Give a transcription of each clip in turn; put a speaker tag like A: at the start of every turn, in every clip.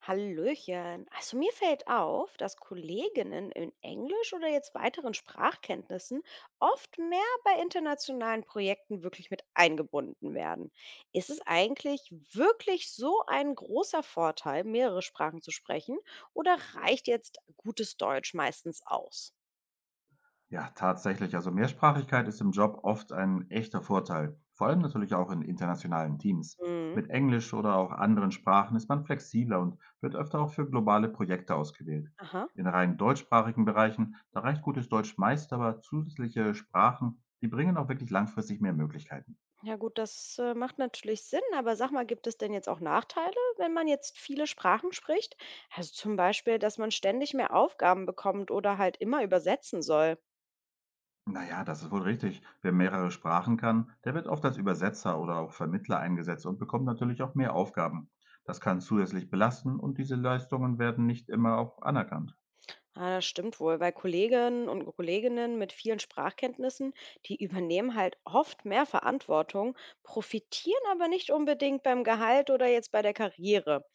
A: Hallöchen. Also mir fällt auf, dass Kolleginnen in Englisch oder jetzt weiteren Sprachkenntnissen oft mehr bei internationalen Projekten wirklich mit eingebunden werden. Ist es eigentlich wirklich so ein großer Vorteil, mehrere Sprachen zu sprechen, oder reicht jetzt gutes Deutsch meistens aus?
B: Ja, tatsächlich. Also Mehrsprachigkeit ist im Job oft ein echter Vorteil, vor allem natürlich auch in internationalen Teams.
A: Mhm.
B: Mit Englisch oder auch anderen Sprachen ist man flexibler und wird öfter auch für globale Projekte ausgewählt.
A: Aha.
B: In rein deutschsprachigen Bereichen, da reicht gutes Deutsch meist, aber zusätzliche Sprachen, die bringen auch wirklich langfristig mehr Möglichkeiten.
A: Ja gut, das, macht natürlich Sinn, aber sag mal, gibt es denn jetzt auch Nachteile, wenn man jetzt viele Sprachen spricht? Also zum Beispiel, dass man ständig mehr Aufgaben bekommt oder halt immer übersetzen soll.
B: Na ja, das ist wohl richtig. Wer mehrere Sprachen kann, der wird oft als Übersetzer oder auch Vermittler eingesetzt und bekommt natürlich auch mehr Aufgaben. Das kann zusätzlich belasten und diese Leistungen werden nicht immer auch anerkannt.
A: Ah, das stimmt wohl, weil Kolleginnen und Kolleginnen mit vielen Sprachkenntnissen die übernehmen halt oft mehr Verantwortung, profitieren aber nicht unbedingt beim Gehalt oder jetzt bei der Karriere.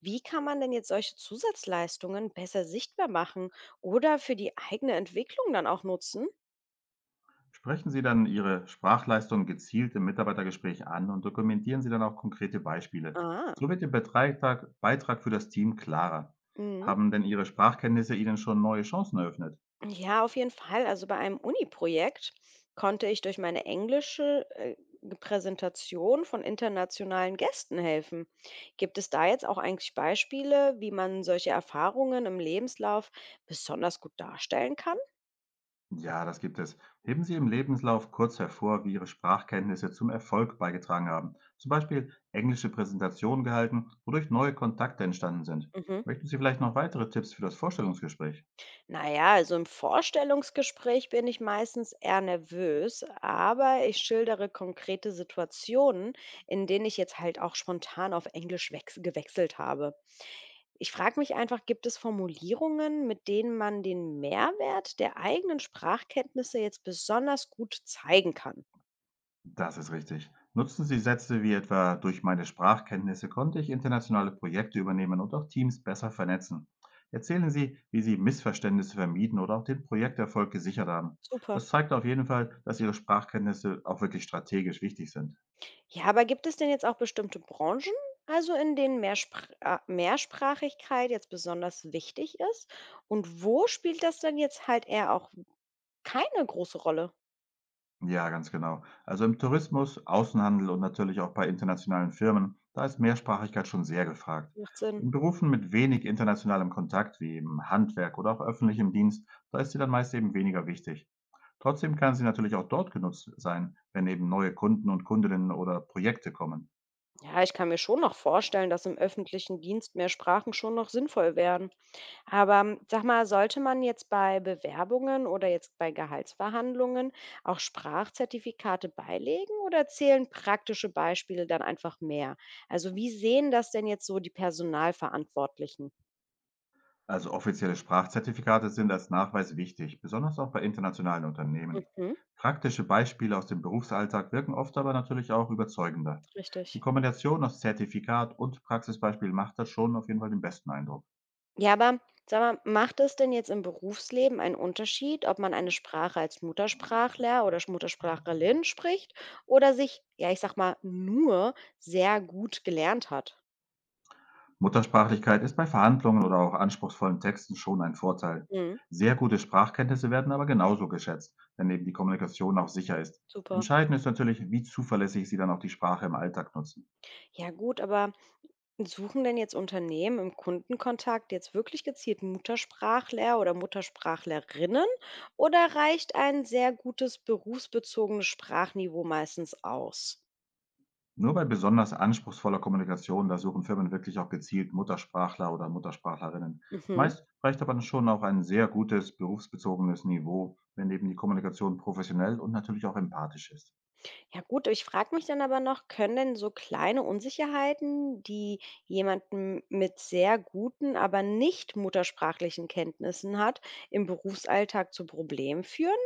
A: Wie kann man denn jetzt solche Zusatzleistungen besser sichtbar machen oder für die eigene Entwicklung dann auch nutzen?
B: Sprechen Sie dann Ihre Sprachleistung gezielt im Mitarbeitergespräch an und dokumentieren Sie dann auch konkrete Beispiele.
A: Ah,
B: So wird Ihr Beitrag für das Team klarer.
A: mhm.
B: Haben denn Ihre Sprachkenntnisse Ihnen schon neue Chancen eröffnet?
A: Ja, auf jeden Fall. Also bei einem Uni-Projekt konnte ich durch meine englische Präsentation von internationalen Gästen helfen. Gibt es da jetzt auch eigentlich Beispiele, wie man solche Erfahrungen im Lebenslauf besonders gut darstellen kann?
B: Ja, das gibt es. Heben Sie im Lebenslauf kurz hervor, wie Ihre Sprachkenntnisse zum Erfolg beigetragen haben. Zum Beispiel englische Präsentationen gehalten, wodurch neue Kontakte entstanden sind.
A: Mhm.
B: Möchten Sie vielleicht noch weitere Tipps für das Vorstellungsgespräch?
A: Naja, also im Vorstellungsgespräch bin ich meistens eher nervös, aber ich schildere konkrete Situationen, in denen ich jetzt halt auch spontan auf Englisch gewechselt habe. Ich frage mich einfach, gibt es Formulierungen, mit denen man den Mehrwert der eigenen Sprachkenntnisse jetzt besonders gut zeigen kann?
B: Das ist richtig. Nutzen Sie Sätze wie etwa, durch meine Sprachkenntnisse konnte ich internationale Projekte übernehmen und auch Teams besser vernetzen. Erzählen Sie, wie Sie Missverständnisse vermieden oder auch den Projekterfolg gesichert haben.
A: Super.
B: Das zeigt auf jeden Fall, dass Ihre Sprachkenntnisse auch wirklich strategisch wichtig sind.
A: Ja, aber gibt es denn jetzt auch bestimmte Branchen, also in denen Mehrsprachigkeit jetzt besonders wichtig ist? Und wo spielt das dann jetzt halt eher auch keine große Rolle?
B: Ja, ganz genau. Also im Tourismus, Außenhandel und natürlich auch bei internationalen Firmen, da ist Mehrsprachigkeit schon sehr gefragt.
A: Macht Sinn.
B: In Berufen mit wenig internationalem Kontakt, wie im Handwerk oder auch öffentlichem Dienst, da ist sie dann meist eben weniger wichtig. Trotzdem kann sie natürlich auch dort genutzt sein, wenn eben neue Kunden und Kundinnen oder Projekte kommen.
A: Ja, ich kann mir schon noch vorstellen, dass im öffentlichen Dienst mehr Sprachen schon noch sinnvoll wären. Aber sag mal, sollte man jetzt bei Bewerbungen oder jetzt bei Gehaltsverhandlungen auch Sprachzertifikate beilegen, oder zählen praktische Beispiele dann einfach mehr? Also wie sehen das denn jetzt so die Personalverantwortlichen?
B: Also offizielle Sprachzertifikate sind als Nachweis wichtig, besonders auch bei internationalen Unternehmen.
A: Mhm,
B: Praktische Beispiele aus dem Berufsalltag wirken oft aber natürlich auch überzeugender. Die
A: richtig.
B: Kombination aus Zertifikat und Praxisbeispiel macht das schon auf jeden Fall den besten Eindruck.
A: Ja, aber sag mal, macht es denn jetzt im Berufsleben einen Unterschied, ob man eine Sprache als Muttersprachler oder Muttersprachlerin spricht oder sich, ja, ich sag mal, nur sehr gut gelernt hat?
B: Muttersprachlichkeit ist bei Verhandlungen oder auch anspruchsvollen Texten schon ein Vorteil.
A: Mhm,
B: Sehr gute Sprachkenntnisse werden aber genauso geschätzt, wenn eben die Kommunikation auch sicher ist.
A: super.
B: Entscheidend ist natürlich, wie zuverlässig Sie dann auch die Sprache im Alltag nutzen.
A: Ja, gut, aber suchen denn jetzt Unternehmen im Kundenkontakt jetzt wirklich gezielt Muttersprachler oder Muttersprachlerinnen, oder reicht ein sehr gutes berufsbezogenes Sprachniveau meistens aus?
B: Nur bei besonders anspruchsvoller Kommunikation, da suchen Firmen wirklich auch gezielt Muttersprachler oder Muttersprachlerinnen.
A: Mhm.
B: Meist reicht aber schon auch ein sehr gutes berufsbezogenes Niveau, wenn eben die Kommunikation professionell und natürlich auch empathisch ist.
A: Ja gut, ich frage mich dann aber noch, können denn so kleine Unsicherheiten, die jemanden mit sehr guten, aber nicht muttersprachlichen Kenntnissen hat, im Berufsalltag zu Problemen führen?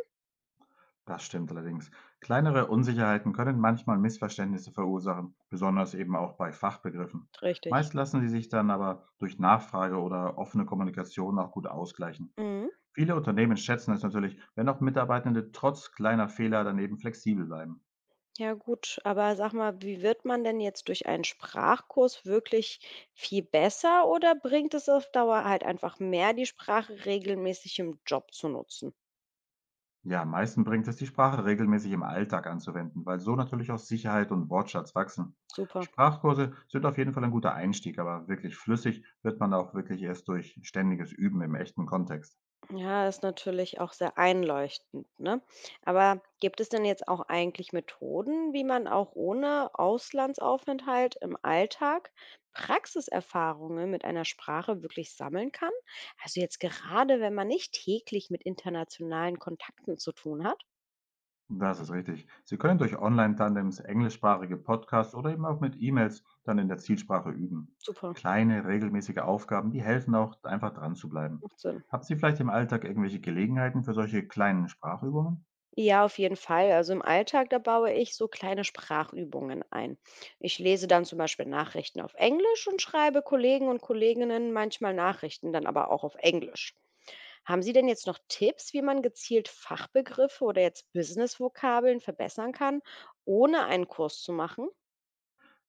B: Das stimmt allerdings. Kleinere Unsicherheiten können manchmal Missverständnisse verursachen, besonders eben auch bei Fachbegriffen.
A: Richtig.
B: Meist lassen sie sich dann aber durch Nachfrage oder offene Kommunikation auch gut ausgleichen.
A: Mhm.
B: Viele Unternehmen schätzen es natürlich, wenn auch Mitarbeitende trotz kleiner Fehler dann eben flexibel bleiben.
A: Ja gut, aber sag mal, wie wird man denn jetzt durch einen Sprachkurs wirklich viel besser, oder bringt es auf Dauer halt einfach mehr, die Sprache regelmäßig im Job zu nutzen?
B: Ja, am meisten bringt es, die Sprache regelmäßig im Alltag anzuwenden, weil so natürlich auch Sicherheit und Wortschatz wachsen.
A: Super.
B: Sprachkurse sind auf jeden Fall ein guter Einstieg, aber wirklich flüssig wird man auch wirklich erst durch ständiges Üben im echten Kontext.
A: Ja, ist natürlich auch sehr einleuchtend, ne? Aber gibt es denn jetzt auch eigentlich Methoden, wie man auch ohne Auslandsaufenthalt im Alltag Praxiserfahrungen mit einer Sprache wirklich sammeln kann? Also jetzt gerade, wenn man nicht täglich mit internationalen Kontakten zu tun hat?
B: Das ist richtig. Sie können durch Online-Tandems, englischsprachige Podcasts oder eben auch mit E-Mails dann in der Zielsprache üben.
A: Super,
B: Kleine, regelmäßige Aufgaben, die helfen auch, einfach dran zu bleiben.
A: macht Sinn.
B: Habt ihr vielleicht im Alltag irgendwelche Gelegenheiten für solche kleinen Sprachübungen?
A: Ja, auf jeden Fall. Also im Alltag, da baue ich so kleine Sprachübungen ein. Ich lese dann zum Beispiel Nachrichten auf Englisch und schreibe Kollegen und Kolleginnen manchmal Nachrichten, dann aber auch auf Englisch. Haben Sie denn jetzt noch Tipps, wie man gezielt Fachbegriffe oder jetzt Business-Vokabeln verbessern kann, ohne einen Kurs zu machen?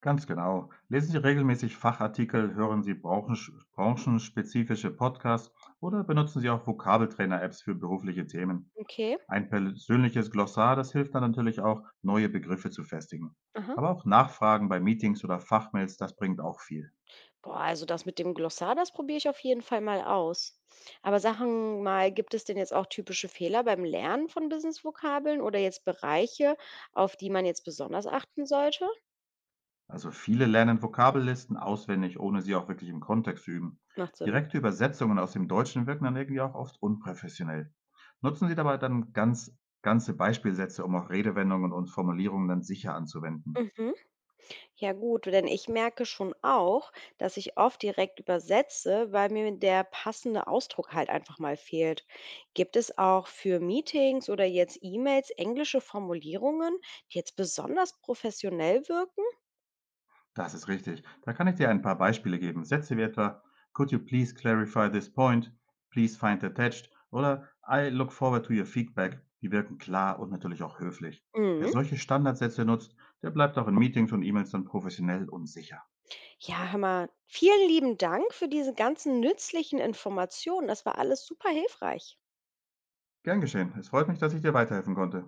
B: Ganz genau. Lesen Sie regelmäßig Fachartikel, hören Sie branchensch branchenspezifische Podcasts oder benutzen Sie auch Vokabeltrainer-Apps für berufliche Themen.
A: Okay.
B: Ein persönliches Glossar, das hilft dann natürlich auch, neue Begriffe zu festigen.
A: Aha.
B: Aber auch Nachfragen bei Meetings oder Fachmails, das bringt auch viel.
A: Boah, also das mit dem Glossar, das probiere ich auf jeden Fall mal aus. Aber sagen mal, gibt es denn jetzt auch typische Fehler beim Lernen von Business-Vokabeln oder jetzt Bereiche, auf die man jetzt besonders achten sollte?
B: Also viele lernen Vokabellisten auswendig, ohne sie auch wirklich im Kontext zu üben.
A: Macht Sinn.
B: Direkte Übersetzungen aus dem Deutschen wirken dann irgendwie auch oft unprofessionell. Nutzen Sie dabei dann ganze Beispielsätze, um auch Redewendungen und Formulierungen dann sicher anzuwenden.
A: Mhm. Ja gut, denn ich merke schon auch, dass ich oft direkt übersetze, weil mir der passende Ausdruck halt einfach mal fehlt. Gibt es auch für Meetings oder jetzt E-Mails englische Formulierungen, die jetzt besonders professionell wirken?
B: Das ist richtig. Da kann ich dir ein paar Beispiele geben. Sätze wie etwa: "Could you please clarify this point?", "Please find attached" oder "I look forward to your feedback." Die wirken klar und natürlich auch höflich. Wer
A: Mhm.
B: solche Standardsätze nutzt, der bleibt auch in Meetings und E-Mails dann professionell und sicher.
A: Ja, hör mal, vielen lieben Dank für diese ganzen nützlichen Informationen. Das war alles super hilfreich.
B: Gern geschehen. Es freut mich, dass ich dir weiterhelfen konnte.